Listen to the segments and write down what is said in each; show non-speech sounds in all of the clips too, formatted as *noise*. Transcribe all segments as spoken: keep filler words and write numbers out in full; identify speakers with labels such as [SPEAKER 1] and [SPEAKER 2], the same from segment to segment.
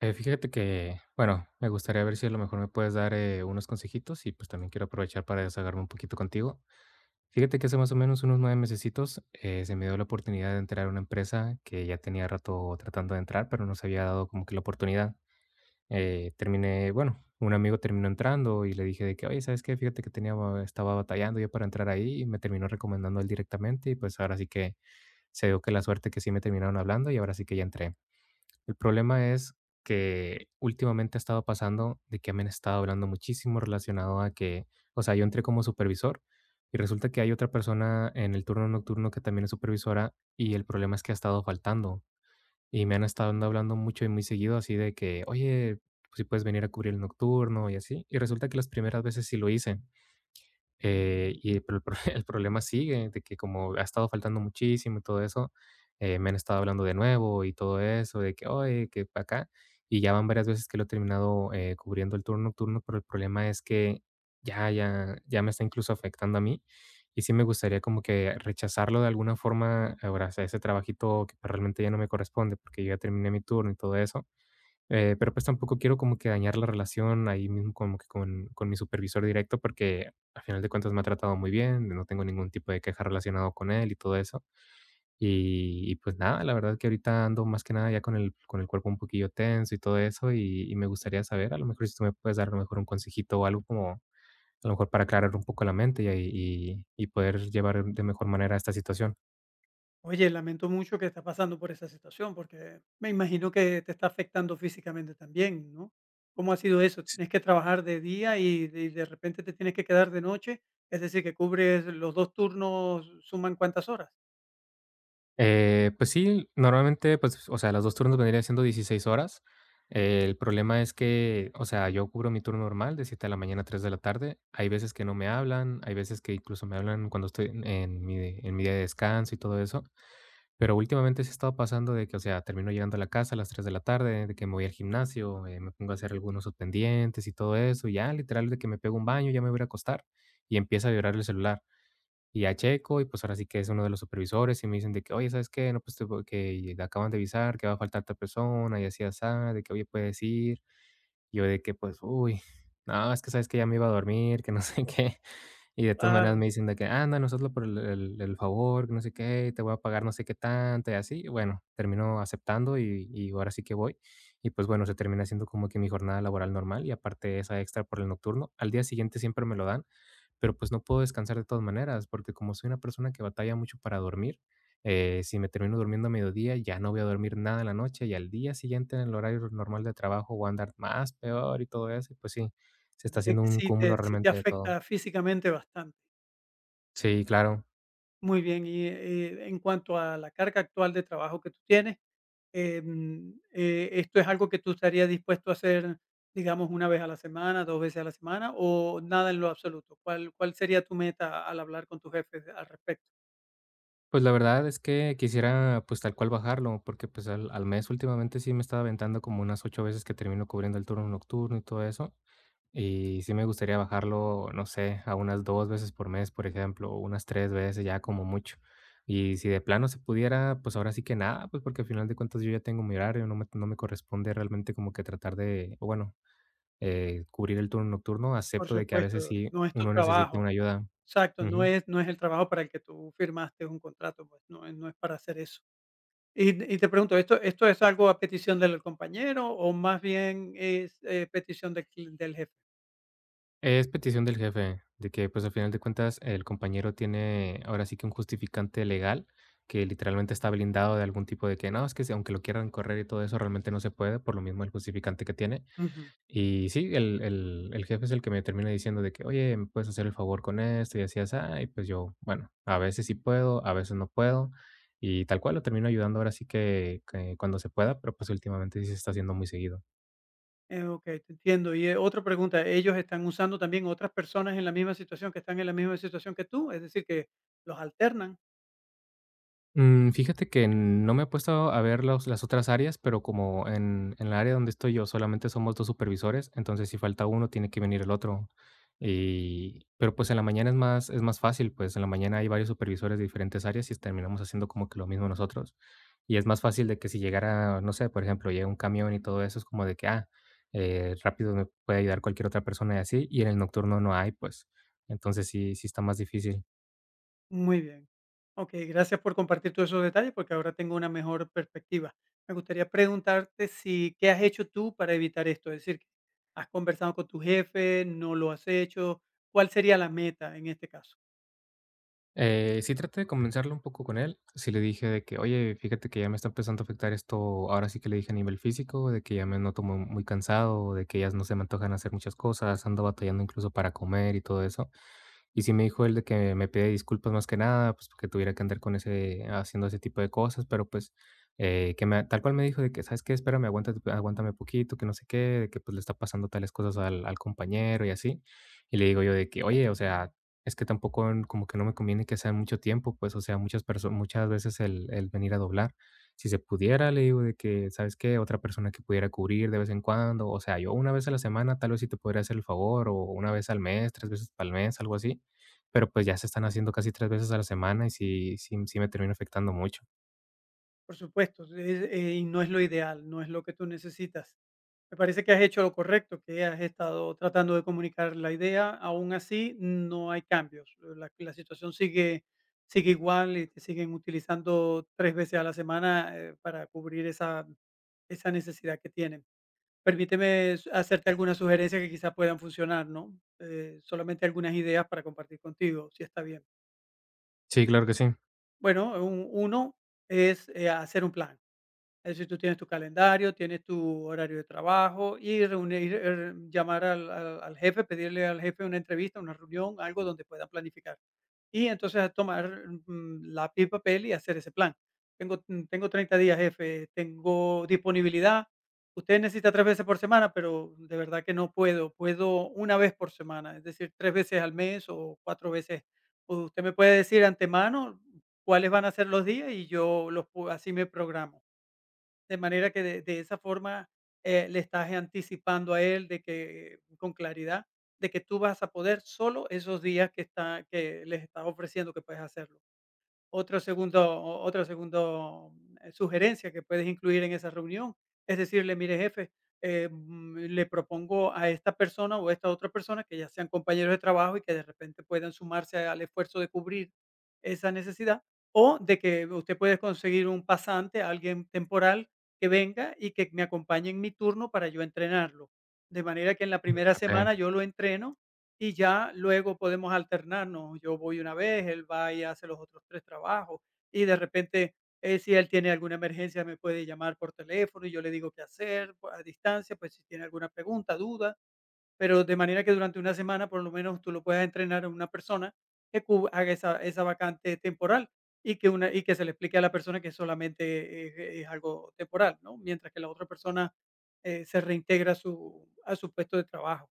[SPEAKER 1] Eh, fíjate que, bueno, me gustaría ver si a lo mejor me puedes dar eh, unos consejitos y pues también quiero aprovechar para desahogarme un poquito contigo. Fíjate que hace más o menos unos nueve mesecitos eh, se me dio la oportunidad de entrar a una empresa que ya tenía rato tratando de entrar, pero no se había dado como que la oportunidad. Eh, terminé, bueno, un amigo terminó entrando y le dije de que, oye, ¿sabes qué? Fíjate que tenía, ba- estaba batallando yo para entrar ahí y me terminó recomendando él directamente y pues ahora sí que se dio que la suerte que sí me terminaron hablando y ahora sí que ya entré. El problema es que últimamente ha estado pasando de que me han estado hablando muchísimo relacionado a que, o sea, yo entré como supervisor y resulta que hay otra persona en el turno nocturno que también es supervisora y el problema es que ha estado faltando y me han estado ando hablando mucho y muy seguido así de que, oye, pues, si puedes venir a cubrir el nocturno y así. Y resulta que las primeras veces sí lo hice, eh, y pero el pro *laughs* el problema sigue, de que como ha estado faltando muchísimo y todo eso, eh, me han estado hablando de nuevo y todo eso, de que: "Oye, que para acá", y ya van varias veces que lo he terminado, eh, cubriendo el turno nocturno, pero el problema es que ya ya ya me está incluso afectando a mí, y sí me gustaría como que rechazarlo de alguna forma, ahora, o sea, ese trabajito que pues, realmente ya no me corresponde, porque yo ya terminé mi turno y todo eso, eh, pero, pues, tampoco quiero como que dañar la relación ahí mismo como que con con mi supervisor directo, porque al final de cuentas me ha tratado muy bien, no tengo ningún tipo de queja relacionado con él y todo eso. Y y, pues, nada, la verdad que ahorita ando más que nada ya con el con el cuerpo un poquillo tenso y todo eso, y y me gustaría saber, a lo mejor si tú me puedes dar a lo mejor un consejito o algo como a lo mejor para aclarar un poco la mente y y y poder llevar de mejor manera esta situación.
[SPEAKER 2] Oye, lamento mucho que estés pasando por esa situación, porque me imagino que te está afectando físicamente también, ¿no? ¿Cómo ha sido eso? ¿Tienes que trabajar de día y de, y de repente te tienes que quedar de noche? Es decir, que cubres los dos turnos, ¿suman cuántas horas?
[SPEAKER 1] Eh, pues sí, normalmente, pues, o sea, los dos turnos vendrían siendo dieciséis horas. Eh, El problema es que, o sea, yo cubro mi turno normal de siete de la mañana a tres de la tarde. Hay veces que no me hablan, hay veces que incluso me hablan cuando estoy en en mi en mi día de descanso y todo eso. Pero últimamente sí ha estado pasando de que, o sea, termino llegando a la casa a las tres de la tarde, de que me voy al gimnasio, eh, me pongo a hacer algunos pendientes y todo eso, y ya literal de que me pego un baño, ya me voy a ir a acostar y empieza a vibrar el celular. Y ya checo, y pues ahora sí que es uno de los supervisores, y me dicen de que: "Oye, ¿sabes qué? No, pues, te vo que te acaban de avisar que va a faltar tal persona, y así asá, de que, oye, puedes ir". Y yo de que, pues, uy, no, es que, ¿sabes que ya me iba a dormir, que no sé qué. Y de todas maneras
[SPEAKER 2] Claro,
[SPEAKER 1] me dicen de que: "Ah, no, nosotros por el el el favor, que no sé qué, te voy a pagar no sé qué tanto", y así. Bueno, termino aceptando y y ahora sí que voy. Y, pues, bueno, se termina haciendo como que mi jornada laboral normal y aparte esa extra por el nocturno. Al día siguiente siempre me lo dan, pero, pues, no puedo descansar de todas maneras, porque como soy una persona que batalla mucho para dormir, eh, si me termino durmiendo a mediodía, ya no voy a dormir nada en la noche, y al día siguiente, en el horario normal de trabajo, voy a andar más peor y todo eso, y, pues sí, se
[SPEAKER 2] es
[SPEAKER 1] está
[SPEAKER 2] decir,
[SPEAKER 1] haciendo
[SPEAKER 2] que
[SPEAKER 1] un
[SPEAKER 2] sí
[SPEAKER 1] cúmulo
[SPEAKER 2] te, sí te
[SPEAKER 1] realmente de todo.
[SPEAKER 2] afecta físicamente bastante.
[SPEAKER 1] Sí, claro.
[SPEAKER 2] Muy bien, y, eh, en cuanto a la carga actual de trabajo que tú tienes, em, eh, ¿esto es algo que tú estarías dispuesto a hacer, digamos, una vez a la semana, dos veces a la semana o nada en lo absoluto? ¿Cuál, ¿cuál sería tu meta al hablar con tus jefes al respecto?
[SPEAKER 1] Pues la verdad es que quisiera, pues tal cual bajarlo, porque pues al, al mes últimamente sí me estaba aventando como unas ocho veces que termino cubriendo el turno nocturno y todo eso. Y sí me gustaría bajarlo, no sé, a unas dos veces por mes, por ejemplo, o unas tres veces ya como mucho. Y si de plano se pudiera, pues ahora sí que nada, pues porque al final de cuentas yo ya tengo mi horario, no me, no me corresponde realmente como que tratar de, o bueno, eh, cubrir el turno nocturno.
[SPEAKER 2] Por
[SPEAKER 1] Acepto de que a veces
[SPEAKER 2] supuesto.
[SPEAKER 1] sí
[SPEAKER 2] No es tu
[SPEAKER 1] uno necesita
[SPEAKER 2] trabajo,
[SPEAKER 1] una ayuda.
[SPEAKER 2] exacto, no
[SPEAKER 1] Ujú.
[SPEAKER 2] es, no es el trabajo para el que tú firmaste un contrato, pues no, es- no es para hacer eso. Y, y te pregunto, ¿esto, ¿esto es algo a petición del compañero o más bien es eh, petición del, cli- del jefe?
[SPEAKER 1] Es petición del jefe, de que, pues, al final de cuentas, el compañero tiene ahora sí que un justificante legal, que literalmente está blindado de algún tipo de que no, es que si aunque lo quieran correr y todo eso, realmente no se puede, por lo mismo el justificante que tiene.
[SPEAKER 2] Ujú.
[SPEAKER 1] Y sí, el el el jefe es el que me termina diciendo de que: "Oye, ¿me puedes hacer el favor con esto?", y así, así y pues yo, bueno, a veces sí puedo, a veces no puedo, y tal cual, lo termino ayudando ahora sí que que cuando se pueda, pero, pues, últimamente sí se está haciendo muy seguido.
[SPEAKER 2] Eh, okey, te entiendo. Y, eh, otra pregunta, ¿ellos están usando también otras personas en la misma situación, que están en la misma situación que tú? Es decir, que los alternan.
[SPEAKER 1] Mm, fíjate que no me he puesto a ver los las otras áreas, pero como en en la área donde estoy yo solamente somos dos supervisores, entonces si falta uno, tiene que venir el otro. Y pero, pues, en la mañana es más es más fácil, pues, en la mañana hay varios supervisores de diferentes áreas y terminamos haciendo como que lo mismo nosotros. Y es más fácil de que si llegara, no sé, por ejemplo, llega un camión y todo eso, es como de que, ah, eh, rápido me puede ayudar cualquier otra persona y así, y en el nocturno no hay, pues. Entonces sí sí está más difícil.
[SPEAKER 2] Muy bien. Okey, gracias por compartir todos esos detalles, porque ahora tengo una mejor perspectiva. Me gustaría preguntarte si, ¿qué has hecho tú para evitar esto? Es decir, ¿has conversado con tu jefe? ¿No lo has hecho? ¿Cuál sería la meta en este caso?
[SPEAKER 1] Eh, sí traté de convencerlo un poco con él. Sí le dije de que: "Oye, fíjate que ya me está empezando a afectar esto". Ahora sí que le dije a nivel físico, de que ya me noto mu muy cansado, de que ya no se me antojan hacer muchas cosas, ando batallando incluso para comer y todo eso. Y sí me dijo él de que me pide disculpas más que nada, pues, porque tuviera que andar con ese haciendo ese tipo de cosas, pero, pues, eh, que me tal cual me dijo de que: "¿Sabes qué? Espérame, aguántate aguántame poquito, que no sé qué, de que, pues, le está pasando tales cosas al al compañero", y así. Y le digo yo de que: "Oye, o sea, es que tampoco n como que no me conviene que sea mucho tiempo, pues, o sea, muchas personas muchas veces el el venir a doblar. Si se pudiera, le digo de que, ¿sabes qué? Otra persona que pudiera cubrir de vez en cuando, o sea, yo una vez a la semana tal vez sí te podría hacer el favor, o una vez al mes, tres veces al mes, algo así, pero, pues, ya se están haciendo casi tres veces a la semana y sí sí sí me termina afectando mucho.
[SPEAKER 2] Por supuesto, es, eh, y no es lo ideal, no es lo que tú necesitas. Me parece que has hecho lo correcto, que has estado tratando de comunicar la idea, aún así no hay cambios. La, la situación sigue, sigue igual y te siguen utilizando tres veces a la semana eh, para cubrir esa, esa necesidad que tienen. Permíteme s- hacerte algunas sugerencias que quizás puedan funcionar, ¿no? Eh, solamente algunas ideas para compartir contigo, si está bien.
[SPEAKER 1] Sí, claro que sí.
[SPEAKER 2] Bueno, un- uno es eh, hacer un plan, es decir, tú tienes tu calendario, tienes tu horario de trabajo y reunir, eh, llamar al al al jefe, pedirle al jefe una entrevista, una reunión, algo donde pueda planificar. Y entonces a tomar, mm, lápiz y papel y hacer ese plan. Tengo, mm, tengo treinta días, jefe, tengo disponibilidad. Usted necesita tres veces por semana, pero de verdad que no puedo. Puedo una vez por semana, es decir, tres veces al mes o cuatro veces. Usted me puede decir antemano cuáles van a ser los días y yo los pu así me programo. De manera que de de esa forma, eh, le estás anticipando a él de que eh, con claridad, de que tú vas a poder solo esos días que está que les estás ofreciendo que puedes hacerlo. Otro segundo o otra segundo, eh, sugerencia que puedes incluir en esa reunión es decirle: "Mire, jefe, eh, mm, le propongo a esta persona o a esta otra persona que ya sean compañeros de trabajo y que de repente puedan sumarse al esfuerzo de cubrir esa necesidad, o de que usted puede conseguir un pasante, alguien temporal que venga y que me acompañe en mi turno para yo entrenarlo. De manera que en la
[SPEAKER 1] Mm,
[SPEAKER 2] primera
[SPEAKER 1] okey.
[SPEAKER 2] semana yo lo entreno, y ya luego podemos alternarnos. Yo voy una vez, él va y hace los otros tres trabajos, y de repente, eh, si él tiene alguna emergencia, me puede llamar por teléfono y yo le digo qué hacer, pues, a distancia, pues, si tiene alguna pregunta, duda, pero de manera que durante una semana, por lo menos, tú lo puedas entrenar a una persona que cub haga esa, esa vacante temporal y que una y que se le explique a la persona que solamente es es algo temporal, ¿no? Mientras que la otra persona, eh, se reintegra a su, a su puesto de trabajo.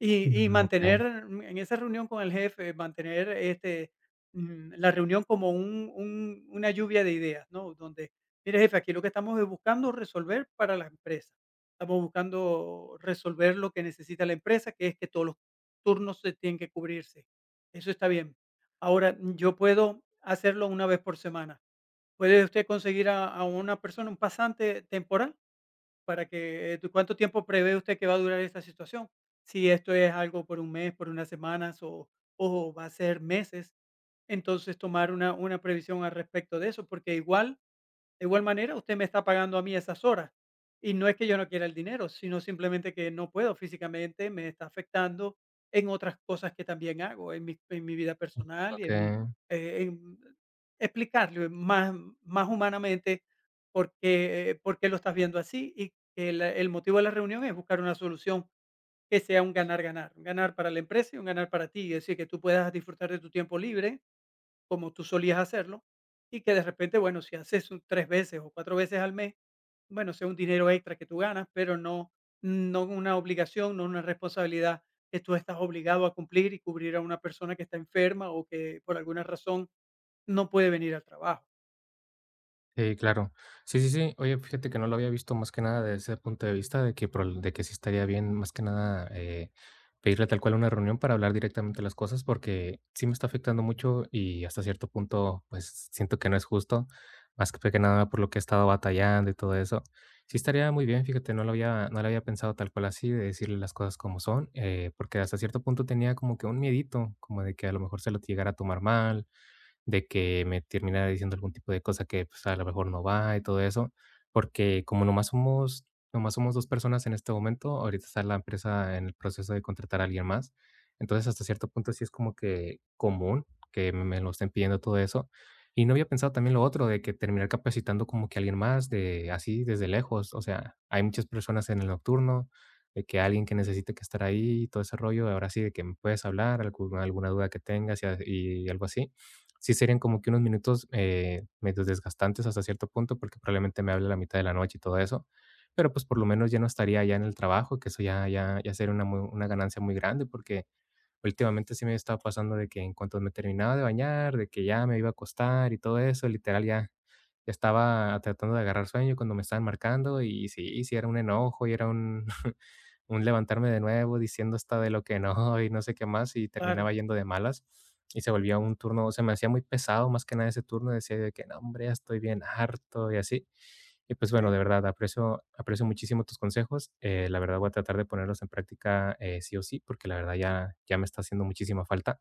[SPEAKER 2] Y y
[SPEAKER 1] Mm, okey,
[SPEAKER 2] mantener, mm, en esa reunión con el jefe, mantener, este, mm, la reunión como un un una lluvia de ideas, ¿no? Donde, mire, jefe, aquí lo que estamos es buscando resolver para la empresa. Estamos buscando resolver lo que necesita la empresa, que es que todos los turnos se tienen que cubrirse. Eso está bien. Ahora, mm, yo puedo hacerlo una vez por semana. ¿Puede usted conseguir a a una persona, un pasante temporal? Para que, eh, ¿cuánto tiempo prevé usted que va a durar esta situación? Si esto es algo por un mes, por unas semanas o o va a ser meses, entonces tomar una una previsión al respecto de eso, porque igual de igual manera, usted me está pagando a mí esas horas. Y no es que yo no quiera el dinero, sino simplemente que no puedo físicamente, me está afectando en otras cosas que también hago, en mi, en mi vida personal y en mi...
[SPEAKER 1] okey.
[SPEAKER 2] eh, en explicarle más, más humanamente por qué, eh, por qué lo estás viendo así y que la- el motivo de la reunión es buscar una solución que sea un ganar-ganar, un ganar para la empresa y un ganar para ti, es decir, que tú puedas disfrutar de tu tiempo libre como tú solías hacerlo, y que de repente, bueno, si haces un tres veces o cuatro veces al mes, bueno, sea un dinero extra que tú ganas, pero no, no una obligación, no una responsabilidad que tú estás obligado a cumplir y cubrir a una persona que está enferma o que por alguna razón no puede venir al trabajo.
[SPEAKER 1] Sí, claro. Sí, sí, sí. Oye, fíjate que no lo había visto más que nada desde ese punto de vista de que, prob- de que sí estaría bien más que nada eh, pedirle tal cual una reunión para hablar directamente las cosas porque sí me está afectando mucho y hasta cierto punto pues siento que no es justo, más que que nada por lo que he estado batallando y todo eso. Sí estaría muy bien, fíjate, no lo había, no lo había pensado tal cual así, de decirle las cosas como son, eh, porque hasta cierto punto tenía como que un miedito, como de que a lo mejor se lo llegara a tomar mal de que me terminara diciendo algún tipo de cosa que, pues, a lo mejor no va y todo eso, porque como nomás somos nomás somos dos personas en este momento, ahorita está la empresa en el proceso de contratar a alguien más. Entonces, hasta cierto punto sí es como que común que me me lo estén pidiendo todo eso. Y no había pensado también lo otro de que terminar capacitando como que a alguien más de así desde lejos. O sea, hay muchas personas en el nocturno, de que alguien que necesite que estar ahí todo ese rollo, ahora sí de que me puedes hablar, algu alguna duda que tengas y a y algo así sí serían como que unos minutos, eh, medio desgastantes hasta cierto punto, porque probablemente me hable a la mitad de la noche y todo eso. Pero, pues, por lo menos ya no estaría ya en el trabajo, que eso ya ya ya sería una muy una ganancia muy grande, porque últimamente sí me estaba pasando de que en cuanto me terminaba de bañar, de que ya me iba a acostar y todo eso, literal, ya ya estaba tratando de agarrar sueño cuando me estaban marcando, y sí, sí era un enojo, y era un *laughs* un levantarme de nuevo diciendo hasta de lo que no y no sé qué más y
[SPEAKER 2] Claro,
[SPEAKER 1] terminaba yendo de malas y se volvía un turno, se me hacía muy pesado más que nada ese turno, decía de que no, hombre, ya estoy bien harto y así. Y pues bueno,
[SPEAKER 2] sí.
[SPEAKER 1] de verdad, aprecio, aprecio muchísimo tus consejos. Eh, la verdad voy a tratar de ponerlos en práctica eh, sí o sí, porque la verdad ya, ya me está haciendo muchísima falta.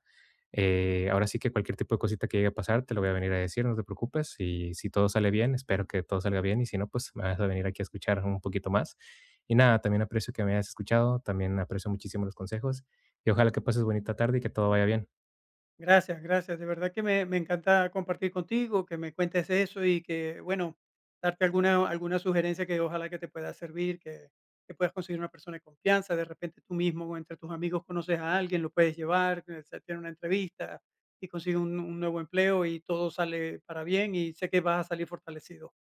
[SPEAKER 1] Eh, ahora sí que cualquier tipo de cosita que llegue a pasar, te lo voy a venir a decir, no te preocupes. Y si todo sale bien, espero que todo salga bien. Y si no, pues me vas a venir aquí a escuchar un poquito más. Y nada, también aprecio que me hayas escuchado, también aprecio muchísimo los consejos y ojalá que pases bonita tarde y que todo vaya bien.
[SPEAKER 2] Gracias, gracias. De verdad que me, me encanta compartir contigo, que me cuentes eso y que, bueno, darte alguna, alguna sugerencia que ojalá que te pueda servir, que, que puedas conseguir una persona de confianza. De repente tú mismo o entre tus amigos conoces a alguien, lo puedes llevar, que se tiene una entrevista y consigue un, un nuevo empleo y todo sale para bien y sé que vas a salir fortalecido.